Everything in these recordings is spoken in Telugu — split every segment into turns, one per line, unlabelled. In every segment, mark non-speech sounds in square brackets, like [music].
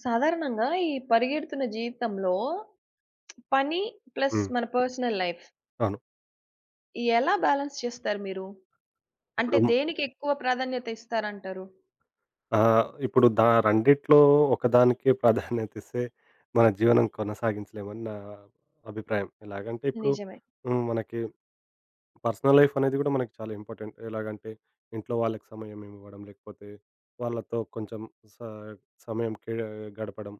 సాధారణంగా ఈ పరిగెడుతున్న జీవితంలో పని ప్లస్
హ్మ్.
మన పర్సనల్ లైఫ్
అవును.
ఎలా బ్యాలెన్స్ చేస్తారు మీరు?
ఇప్పుడు
అంటే దేనికి ఎక్కువ ప్రాధాన్యత ఇస్తారంటారు?
ఇప్పుడు రెండిట్లో ఒకదానికే ప్రాధాన్యత ఇస్తే మన జీవనం కొనసాగించలేమని నా అభిప్రాయం. ఎలాగంటే ఇప్పుడు
నిజమే.
మనకి పర్సనల్ లైఫ్ అనేది కూడా మనకి చాలా ఇంపార్టెంట్. ఎలాగంటే ఇంట్లో వాళ్ళకి సమయం ఇవ్వడం, లేకపోతే వాళ్ళతో కొంచెం స సమయం గడపడం.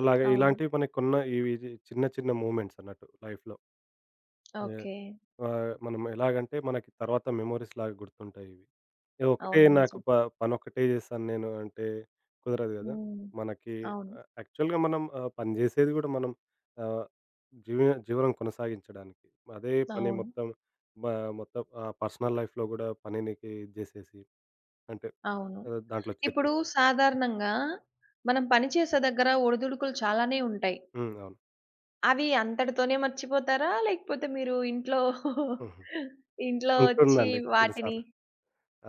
అలాగే
అవును.
ఇలాంటివి మనకున్న ఇవి చిన్న చిన్న మూవ్‌మెంట్స్ అన్నట్టు లైఫ్‌లో. ఎ
ఓకే.
మనం ఎలాగంటే మనకి తర్వాత మెమోరీస్‌లాగా గుర్తుంటాయి ఇవి. ఒకటే
అవును.
నాకు
నిజం.
ప పనొక్కటే చేశాను నేను అంటే కుదరదు గదా!
హ్మ్.
మనకి
అవును.
యాక్చువల్‌గా మనం పని చేసేది గూడా మనం ఆహ్, జీవ జీవనం కొనసాగించడానికి. అదే పని
అవును.
మొత్తం మ మొత్తం పర్సనల్ లైఫ్‌లో గూడా పనినికి ఇది చేసేసి అంటే
అవును.
దాంట్లో
ఇప్పుడు
చేర్చేసాం.
సాధారణంగా మనం పని చేసే దగ్గర ఒడిదుడుకులు చాలానే ఉంటాయి.
హ్మ్. అవును.
అవి అంతటితోనే మర్చిపోతారా? లేకపోతే మీరు ఇంట్లో [laughs]
హుహు.
ఇంట్లో వచ్చి
ఉంటుందండి కొన్ని
వాటిని
సార్లు.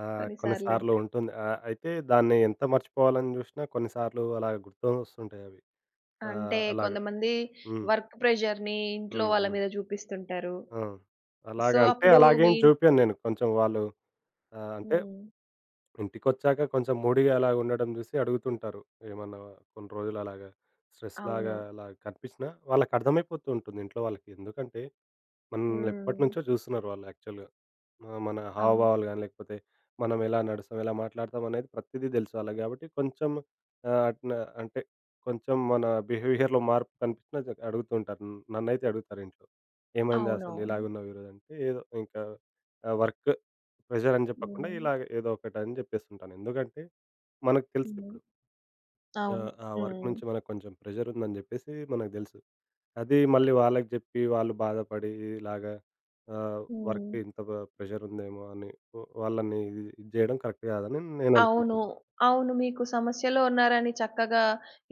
ఆ! కొన్ని
కొన్నిసార్లు
సార్లు ఉంటుంది. అయితే దాన్ని ఎంత మర్చిపోవాలని జూసినా కొన్నిసార్లు అలా గుర్తొస్తుంటాయి అవి. ఆ!
అంటే
అలాగా.
కొంతమంది
హ్మ్.
వర్క్ ప్రెషర్‌ని ఇంట్లో
హ్మ్.
వాళ్ళ
హ్మ్.
మీద చూపిస్తుంటారు.
ఆ!
సో,
అలాగా అంటే
అప్పుడు
అలాగేం
మీ
చూపియను నేను. కొంచెం వాళ్ళు అంటే
హ్మ్.
ఇంటికొచ్చాక కొంచెం మూడీగా అలాగ ఉండడం చూసి అడుగుతుంటారు. ఏమన్నా కొన్ని రోజులు అలాగా స్ట్రెస్‌లాగా
అవును.
అలా కనిపించినా వాళ్ళకర్థమైపోతూ ఉంటుంది ఇంట్లో వాళ్ళకి. ఎందుకంటే మనల్ని
హ్మ్.
ఎప్పటినుంచో చూస్తున్నారు వాళ్ళు యాక్చువల్‌గా. మన
అవును.
హావభావాలు గాని, లేకపోతే మనం ఎలా నడుస్తాం, ఎలా మాట్లాడతాం అనేది ప్రతిదీ తెలుసు వాళ్ళకి. కాబట్టి కొంచెం ఆహ్, అట్న అంటే కొంచెం మన బిహేవియర్‌లో మార్పు కనిపించినా అడుగుతూ ఉంటారు. నన్నైతే అడుగుతారు ఇంట్లో. "ఏమైంది అసలు
అవునవును.
ఇలాగున్నావు ఈరోజు" అంటే ఏదో ఇంకా వర్క్ ప్రెషర్ అని చెప్పకుండా
హ్మ్.
ఇలాగ ఏదో ఒకటని చెప్పేస్తుంటాను. ఎందుకంటే మనకు
హ్మ్.
తెలుసిప్పుడు. ఆ!
అవును.
ఆ వర్క్
హ్మ్.
నుంచి మనకు కొంచెం ప్రెషర్ ఉందని జెప్పేసి మనకు దెలుసు. అది మళ్ళీ వాళ్ళకి జెప్పి వాళ్ళు బాధపడి ఇలాగా
హ్మ్.
వర్క్ ఇంత ప్రెషర్ ఉందేమో అని వాళ్ళని ఇది ఇది జేయడం కరెక్ట్ గాదని నేను
అవును.
అనుకుంటాను.
అవును. మీకు సమస్యలో ఉన్నారని చక్కగా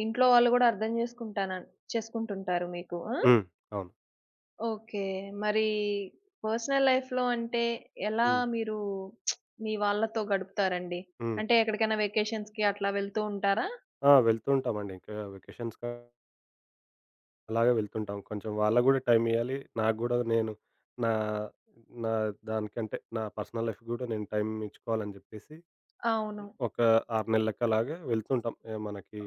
ఇంట్లో వాళ్ళు గూడా అర్థం చేసుకుంటుంటారు మీకు. ఆ!
హ్మ్. అవును.
ఓకే. మరి పర్సనల్ లైఫ్‌లో అంటే ఎలా
హ్మ్.
మీరు మీ వాళ్ళతో గడుపుతారండి?
హ్మ్.
అంటే ఎక్కడికైనా వెకేషన్స్‌కి అట్లా వెళ్తూ ఉంటారా?
ఆ! వెళ్తూ ఉంటామండి. ఇంకా వెకేషన్స్‌కి అలాగే వెళ్తుంటాం. కొంచెం వాళ్ళకి గూడా టైం ఇయ్యాలి. నాకు గూడా నేను నా నా దానికంటే నా పర్సనల్ లైఫ్‌కి గూడా నేను టైం ఇచ్చుకోవాలని జెప్పేసి
అవును.
ఒక 6 నెల్లకలాగా వెళ్తుంటాం. మనకి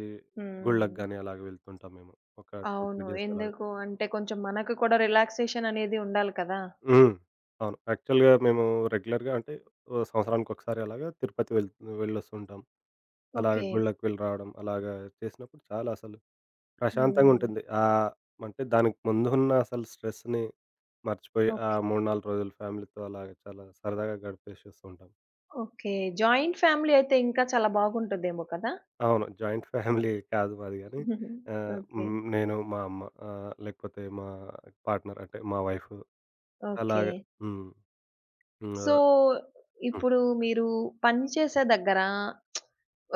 ఈ
హ్మ్.
గుళ్ళకి గాని అలాగ వెళ్తుంటాం మేము. ఒక 2, 3
అవును.
డేస్ అలాగ.
ఎందుకు అంటే కొంచెం మనకు కూడా రిలాక్సేషన్ అనేది ఉండాలి కదా!
హ్మ్. అవును. యాక్చువల్‌గా మేము రెగ్యులర్‌గా అంటే ఓ సంవత్సరానికొకసారి అలాగా తిరుపతి వెళ్ళొస్తుంటాం. అలాగ
ఓకే.
గుళ్ళకి వెళ్ళి రావడం అలాగా చేసినప్పుడు చాలా అసలు
హ్మ్.
ప్రశాంతంగుంటుంది. అంటే దానికి ముందున్న అసలు స్ట్రెస్‌ని మర్చిపోయి ఆ
ఓకే.
3, 4 రోజులు ఫ్యామిలీతో అలాగ చాలా సరదాగా గడిపేసేస్తుంటాం.
ఓకే. జాయింట్ ఫ్యామిలీ అయితే ఇంకా చాలా బాగుంటదేమో కదా!
అవును. జాయింట్ ఫ్యామిలీ కాదు మాది గానీ
[laughs] ఓకే.
హ్మ్. నేను, మా అమ్మ లేకపోతే మా పార్ట్‌నర్ అంటే మా వైఫ్
ఓకే.
అలాగా. హ్మ్. హ్మ్.
సో,
హ్మ్.
ఇప్పుడు మీరు పని చేసే దగ్గర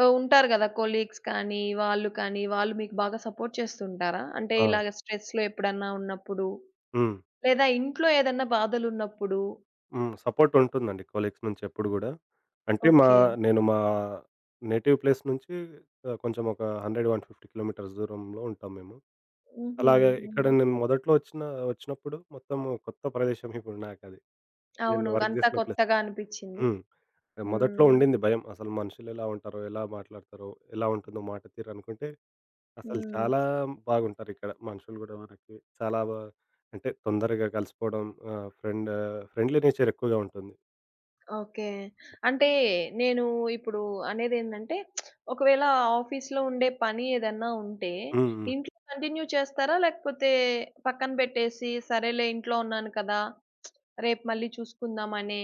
ఉంటారు గదా! కొలీగ్స్ కానీ, వాళ్ళు కానీ, వాళ్ళు మీకు బాగా సపోర్ట్ చేస్తుంటారా? అంటే
ఆ!
ఇలాగ స్ట్రెస్‌లో ఎప్పుడన్నా ఉన్నప్పుడు,
హ్మ్.
లేదా ఇంట్లో ఏదన్నా బాధలున్నప్పుడు?
హ్మ్. సపోర్ట్ ఉంటుందండి కొలీగ్స్ నుంచి ఎప్పుడు గూడా. అంటే
ఓకే.
నేను మా నేటివ్ ప్లేస్ నుంచి కొంచెం ఒక 100, 150 కిలోమీటర్స్ దూరంలో ఉంటాం మేము.
హుహు.
అలాగే ఇక్కడ
హ్మ్.
నేను మొదట్లో వచ్చినప్పుడు మొత్తం కొత్త ప్రదేశం ఇప్పుడు నాకది.
అవును.
నేను వర్క్
అంతా
జేసిన ప్లేస్.
కొత్తగా అనిపిచ్చింది.
హ్మ్. మొదట్లో
హ్మ్.
ఉండింది భయం. అసలు మనుషులెలా ఉంటారో, ఎలా మాట్లాడతారో, ఎలా ఉంటుందో మాట తీరు అనుకుంటే, అసలు
హ్మ్.
చాలా బాగుంటారిక్కడ మనుషులు గూడా మనకి. చాలా బా అంటే తొందరగా కలిసిపోవడం ఆహ్, ఫ్రెండ్ ఫ్రెండ్లీ నేచర్ ఎక్కువగా ఉంటుంది.
ఓకే. అంటే నేను ఇప్పుడు అనేదేంటంటే, ఒకవేళ ఆఫీస్‌లో ఉండే పని ఏదన్నా ఉంటే,
హ్మ్. హ్మ్.
ఇంట్లో కంటిన్యూ చేస్తారా? లేకపోతే పక్కన పెట్టేసి, సరేలే ఇంట్లో ఉన్నాను కదా! రేపు మళ్ళీ చూసుకుందాం అనే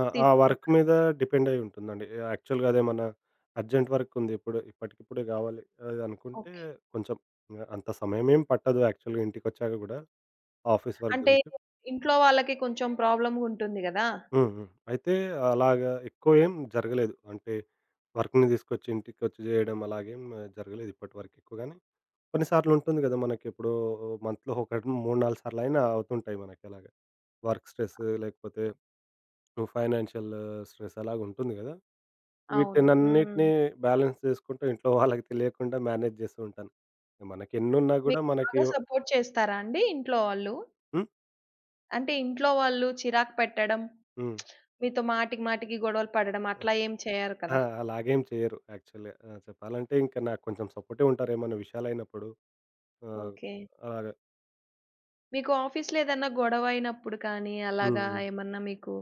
ఆ! ఆ వర్క్
తీసుకుంటారా?
మీద డిపెండ్ అయ్యి ఉంటుందండి. యాక్చువల్‌గా అదేమన్నా అర్జెంట్ వర్క్ ఉంది ఇప్పుడు ఇప్పటికిప్పుడే గావాలి అది అనుకుంటే
ఓకే.
కొంచెం అంత సమయం ఏం పట్టదు యాక్చువల్‌గా ఇంటికొచ్చాక గూడా ఆఫీస్ వర్క్
అంటే
గురించి.
ఇంట్లో వాళ్ళకి కొంచెం ప్రాబ్లమ్‌గా ఉంటుంది గదా!
హ్మ్. హ్మ్. అయితే అలాగా ఎక్కువేం జరగలేదు. అంటే వర్క్‌ని తీసుకొచ్చి ఇంటికొచ్చి జేయడం అలాగేం జరగలేదు ఇప్పటి వరకు ఎక్కువగాని. కొన్ని సార్లుంటుంది గదా! మనకెప్పుడో మంత్‌లో ఒకటి 3, 4 సార్లయినా అవుతుంటాయి మనకలాగ. వర్క్ స్ట్రెస్ లేకపోతే ఫైనాన్షియల్ స్ట్రెస్ అలాగుంటుంది గదా!
అవును. హ్మ్.
వీటినన్నిటిని బ్యాలెన్స్ చేసుకుంటూ ఇంట్లో వాళ్ళకి తెలియకుండా మేనేజ్ జేస్తూ ఉంటాను. మనకెన్నున్నా గూడా
మీకు
మనకి
బాగా సపోర్ట్ చేస్తారా అండి ఇంట్లో వాళ్ళు?
హ్మ్.
అంటే ఇంట్లో వాళ్ళు చిరాకు పెట్టడం,
హ్మ్.
మీతో మాటికి మాటికి గొడవలు పడడం అట్లా ఏం చేయరు
ఆ!
కదా!
అలాగేం చేయరు యాక్చువల్‌గా. ఆ! చెప్పాలంటే ఇంక నాకు కొంచెం సపోర్టివ్ ఉంటారు ఏమన్నా విషయాలైనప్పుడు. ఆహ్,
ఓకే.
అలాగా
మీకు ఆఫీస్‌లో ఏదన్నా గొడవ అయినప్పుడు కానీ,
హ్మ్.
అలాగా
హ్మ్.
ఏమన్నా మీకు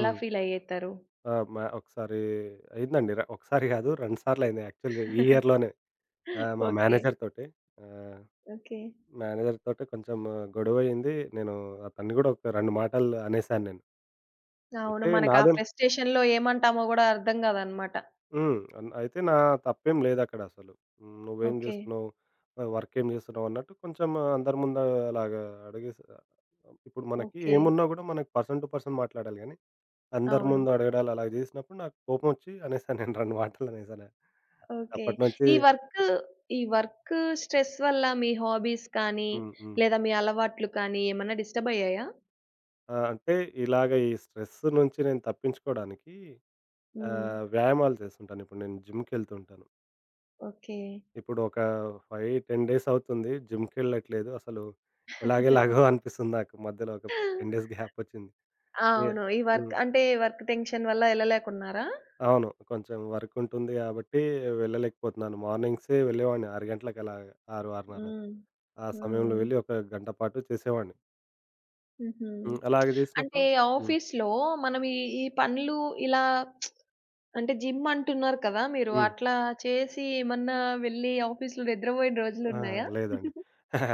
ఎలా ఫీల్ అయ్యేతారు?
ఆ! మా ఒకసారి అయిందండి. ఒకసారి కాదు 2 సార్లయింది యాక్చువల్‌గా ఈ ఇయర్‌లోనే. ఆ! మా
ఓకే.
మేనేజర్ తోటి. ఆహ్,
ఓకే.
మేనేజర్ తోటి కొంచెం గొడవయింది. నేను అతన్ని గూడా ఒక 2 మాటలు అనేసాను నేను.
అవును.
అయితే
మనకు ఆ
నాదే
ఫ్రస్ట్రేషన్‌లో ఏమంటామో గూడా అర్థం గాదనమాట.
అయితే నా తప్పేం లేదక్కడసలు. హ్మ్. నువ్వేం
ఓకే.
జేస్తున్నావు? వర్కేం జేస్తున్నావు? అన్నట్టు కొంచెం అందరి ముందు అలాగా అడిగేసా. ఇప్పుడు మనకి
ఓకే.
ఏమున్నా గూడా మనకి పర్సన్ టు పర్సన్ మాట్లాడాలి గానీ, అందరి
అవును.
ముందు అడగడాలు అలా జేసినప్పుడు నాకు కోపమొచ్చి అనేసాను నేను 2 మాటలనేసాను.
ఓకే.
అప్పటి నుంచి
ఈ వర్క్ ఈ వర్క్ స్ట్రెస్ వల్ల మీ హాబీస్ కానీ,
హ్మ్. హ్మ్.
లేదా మీ అలవాట్లు కానీ ఏమన్నా డిస్టర్బ్ అయ్యాయా?
ఆ! అంటే ఇలాగ ఈ స్ట్రెస్ నుంచి నేను తప్పించుకోవడానికి
హ్మ్.
వ్యాయామాలు చేస్తుంటాను. ఇప్పుడు నేను జిమ్‌కెళ్తూ ఉంటాను.
ఓకే.
ఇప్పుడు ఒక 5, 10 డేస్ అవుతుంది. జిమ్‌కెళ్ళట్లేదు. అసలు ఎలాగెలాగో
[laughs]
అనిపిస్తుంది నాకు. మధ్యలో ఒక 10 డేస్ గ్యాప్ వచ్చింది. ఏ
అవును. ఈ వర్క్
హ్మ్.
అంటే వర్క్ టెన్షన్ వల్ల ఎళ్ళలేకున్నారా?
అవును. కొంచెం వర్క్ ఉంటుంది కాబట్టి వెళ్ళలేకపోతున్నాను. మార్నింగ్సే వెళ్ళేవాడిని 6 గంటలకు అలాగా 6, 6:30
హ్మ్.
ఆ సమయంలో
హ్మ్.
వెళ్ళి ఒక గంట పాటు చేసేవాడిని.
హుహు.
హ్మ్. అలాగ చేసినప్పుడు
అంటే
హ్మ్.
ఆఫీస్‌లో మనం ఈ, ఈ పనులు ఇలా అంటే జిమ్ అంటున్నారు కదా! మీరు
హ్మ్.
అట్లా చేసి ఏమన్నా వెళ్లి ఆఫీస్‌లో నిద్రపోయిన
ఆ!
రోజులున్నాయా?
లేదండి.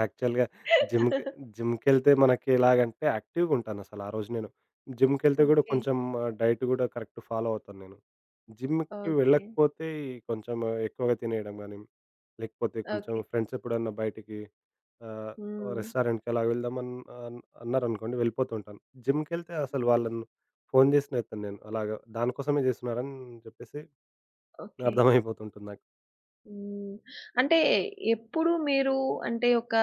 యాక్చువల్‌గా జిమ్‌కి జిమ్‌కెళ్తే మనకి ఎలాగంటే యాక్టివ్‌గా ఉంటానసలు ఆ రోజు నేను. జిమ్‌కెళ్తే గూడా
ఓకే.
కొంచెం డైట్ గూడా కరెక్ట్ ఫాలో అవుతాను నేను. జిమ్‌కి
ఓకే.
వెళ్ళకపోతే ఈ కొంచెం ఎక్కువగా తినేయడం గానీ, లేకపోతే కొంచెం
ఓకే.
ఫ్రెండ్స్ ఎప్పుడన్నా బయటికి ఆహ్,
హ్మ్.
రెస్టారెంట్‌కి అలా వెళ్దామన్ అన్ అన్నారనుకోండి వెళ్ళిపోతూ ఉంటాను. జిమ్‌కెళ్తే అసలు
హ్మ్.
వాళ్ళని ఫోను చేసినా ఎత్తను నేను. అలాగా దానికోసమే చేస్తున్నారని చెప్పేసి
ఓకే.
అర్థమైపోతుంటుంది నాకు.
హ్మ్. అంటే ఎప్పుడు మీరు అంటే ఒక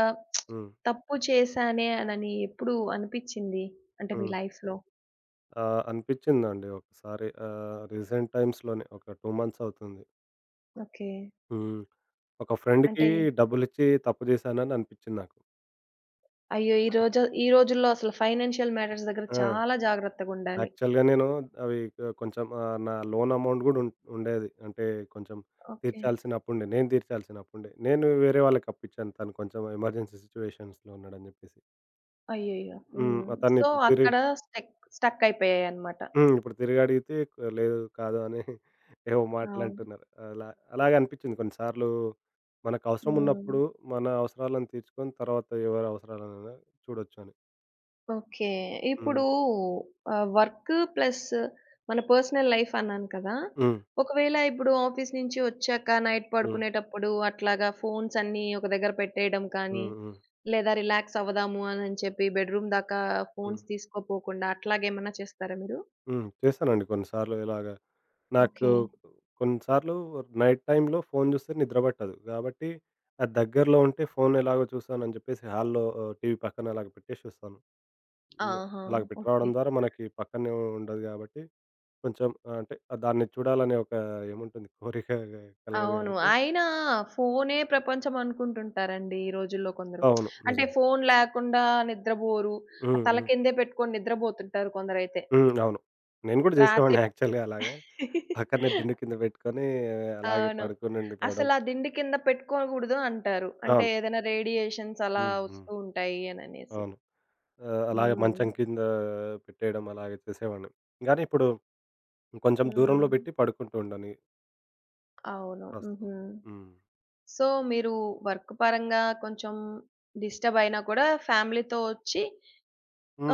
హ్మ్.
తప్పు చేశానే అనని ఎప్పుడు అనిపిచ్చింది? అంటే మీ
హ్మ్.
లైఫ్‌లో?
ఆ! అనిపిచ్చిందండి ఒకసారి. రీసెంట్ టైమ్స్‌లోనే ఒక 2 మంత్స్ అవుతుంది.
ఓకే.
హ్మ్. ఒక ఫ్రెండ్‌కి
అంటే
డబ్బులిచ్చి తప్పు చేశానని అనిపిచ్చింది నాకు.
అయ్యో! ఈ రోజుల్లో అసలు ఫైనాన్షియల్ మ్యాటర్స్ దగ్గర
ఆ!
చాలా జాగ్రత్తగుండాలి.
యాక్చువల్‌గా నేను అవి కొంచెం నా లోన్ అమౌంట్ గూడా ఉండేది. అంటే కొంచెం
ఓకే.
తీర్చాల్సిన అప్పుండే. నేను తీర్చాల్సిన అప్పుండే. నేను వేరే వాళ్ళకి అప్పిచ్చాను. తను కొంచెం ఎమర్జెన్సీ సిట్యుయేషన్స్‌లో ఉన్నాడని జెప్పేసి.
అయ్యయ్యో!
హ్మ్.
హ్మ్.
తను
సో,
ఇప్పుడు తిరిగి
అక్కడ స్టక్కయిపోయాయన్నమాట.
హ్మ్. ఇప్పుడు తిరిగడిగితే లేదు, కాదు అని [laughs] ఏవో
అవును.
మాటలంటున్నారు. అలా అలాగే అనిపిచ్చింది కొన్నిసార్లు మనకవసరం
హ్మ్.
ఉన్నప్పుడు మన అవసరాలను తీర్చుకొని తర్వాత ఎవరి అవసరాలనైనా చూడొచ్చు అని.
ఓకే.
హ్మ్.
ఇప్పుడు వర్క్ ప్లస్ మన పర్సనల్ లైఫ్ అన్నాను కదా!
హ్మ్.
ఒకవేళ ఇప్పుడు ఆఫీస్ నుంచి ఒచ్చాక నైట్
హ్మ్.
పడుకునేటప్పుడు అట్లాగా ఫోన్స్ అన్నీ ఒక దగ్గర పెట్టేయడం కానీ,
హ్మ్. హ్మ్.
లేదా రిలాక్స్ అవ్వదాము అని చెప్పి బెడ్‌రూమ్ దాకా
హ్మ్.
ఫోన్స్ తీసుకోపోకుండా అట్లాగేమన్నా చేస్తారా మీరు?
హ్మ్. చేశానండి కొన్నిసార్లు ఇలాగ. నాకు
ఓకే.
కొన్నిసార్లు నైట్ టైమ్‌లో ఫోను చూస్తే నిద్ర పట్టదు. కాబట్టి అది దగ్గరలో ఉంటే ఫోను ఎలాగో చూస్తానని చెప్పేసి హాల్‌లో టీవీ పక్కన అలాగ పెట్టేసి చూస్తాను. హ్మ్.
ఆహా!
అలాగ పెట్టి
ఓకే.
రావడం ద్వారా మనకి పక్కనే ఉండదు కాబట్టి కొంచెం అంటే ఆ దాన్ని చూడాలనే ఒక ఏముంటుంది కోరిక కలగదు
అవును.
కాబట్టి
అయినా ఫోనే ప్రపంచం అనుకుంటుంటారండి ఈ రోజుల్లో కొందరు.
అవును.
అంటే
నిజం.
ఫోను లేకుండా నిద్రబోరు. ఆ
హ్మ్.
తల
హ్మ్.
కిందే పెట్టుకొని నిద్రబోతుంటారు కొందరైతే.
హ్మ్. అవును. నేను కూడా
రాత్రి
చేసేవాడిని యాక్చువల్‌గా అలాగా. పక్కనే దిండు కింద పెట్టుకొని ఆ, అలాగే
అవును.
పడుకొని ఉండిపోవడం.
అసలా దిండు కింద పెట్టుకోకూడదు అంటారు. అంటే
అవును.
ఏదైనా రేడియేషన్స్ అలా
హ్మ్. హ్మ్.
వస్తూ ఉంటాయి అననేసి.
అవును. అలాగే
హ్మ్.
మంచం కింద పెట్టేయడం అలాగే చేసేవాడిని. గానీ ఇప్పుడు కొంచెం
హ్మ్.
దూరంలో పెట్టి పడుకుంటూ ఉండని
అవును.
ప్రస్తుతం.
హుహు.
హ్మ్.
సో, మీరు వర్క్ పరంగా కొంచెం డిస్టర్బ్ అయినా కూడా ఫ్యామిలీతో ఒచ్చి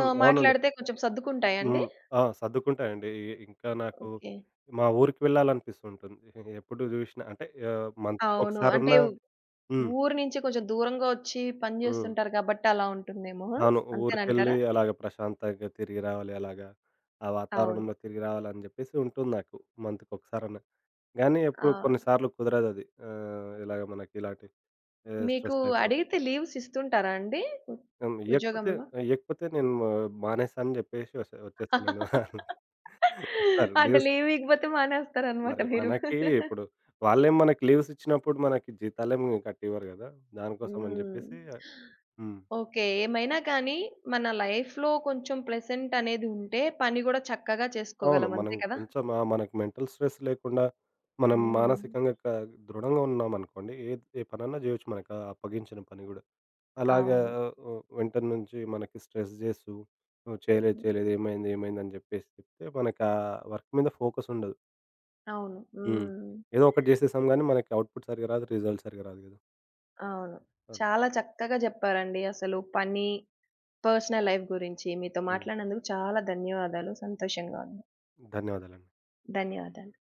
ఆ!
అవును.
మాట్లాడితే కొంచెం సర్దుకుంటాయండి?
హ్మ్. ఆ! సర్దుకుంటాయండి. ఇంకా నాకు
ఓకే.
మా ఊరికి వెళ్ళాలనిపిస్తుంటుంది. ఎప్పుడు జూషినా అంటే
అవును. అంటే
మంత్‌కొకసారన్నా హ్మ్.
ఊరు నుంచి కొంచెం దూరంగా వచ్చి పని
హ్మ్.
జేస్తుంటారు కాబట్టి అలా ఉంటుందేమో.
అవును. ఊరికెళ్ళి
అంతేనంటారా?
అలాగ ప్రశాంతంగా తిరిగి రావాలి అలాగా. ఆ
అవును.
వాతావరణంలో తిరిగి రావాలని జెప్పేసి ఉంటుంది నాకు మంత్‌కొకసారన్నా. గానీ
ఆ!
ఎప్పుడు కొన్నిసార్లు కుదరదది. ఇలాగ మనకి ఇలాంటి
మీకు
స్ట్రెస్ లైఫ్‌లో.
అడిగితే లీవ్స్ ఇస్తుంటారా అండి? ఉ
హ్మ్. ఇయ్యకపోతే
ఉద్యోగంలో?
ఇయ్యకపోతే నేను మానేసాను అని జెప్పేసి వచ్చేస్తానండి. [laughs] సార్
అంటే
లీవ్స్
లీవ్ ఇవ్వకపోతే మానేస్తారనమాట
మరి
మీరు.
మనకి ఇప్పుడు వాళ్ళేం మనకి లీవ్స్ ఇచ్చినప్పుడు మనకి జీతాలేమి కట్టివ్వరు గదా! దానికోసం అని
హ్మ్.
జెప్పేసి హ్మ్.
ఓకే. ఏమైనా కానీ మన లైఫ్‌లో కొంచెం ప్లెజెంట్ అనేది ఉంటే పని గూడా చక్కగా
అవును.
చేసుకోగలం.
మనం
అంతే కదా!
కొంచెం ఆ! మనకి మెంటల్ స్ట్రెస్ లేకుండా మనం
హ్మ్.
మానసికంగా దృఢంగా ఉన్నామనుకోండి ఏద్ ఏ ఏ పనన్నా జేయొచ్చు మనకు ఆ అప్పగించిన పని గూడా. అలాగా
అవును.
ఓ వెంట నుంచి మనకి స్ట్రెస్ జేస్తూ "నువ్వు చేయలేదు,
హ్మ్.
చేయలేదు ఏమైంది, ఏమైంది" అని జెప్పేసి చెప్తే మనకి ఆ వర్క్ మీద ఫోకస్ ఉండదు.
అవును.
హ్మ్.
హ్మ్.
ఏదో ఒకటి జేసేసాం గానీ మనకి అవుట్‌పుట్ సరిగ్గా రాదు, రిజల్ట్ సరిగ్గా రాదు గదా!
అవును.
అవును.
చాలా చక్కగా జెప్పారండి. అసలు పని, పర్సనల్ లైఫ్ గురించి మీతో
హ్మ్.
మాట్లాడినందుకు చాలా ధన్యవాదాలు. సంతోషంగా ఉంది.
ధన్యవాదాలండి.
ధన్యవాదాలు.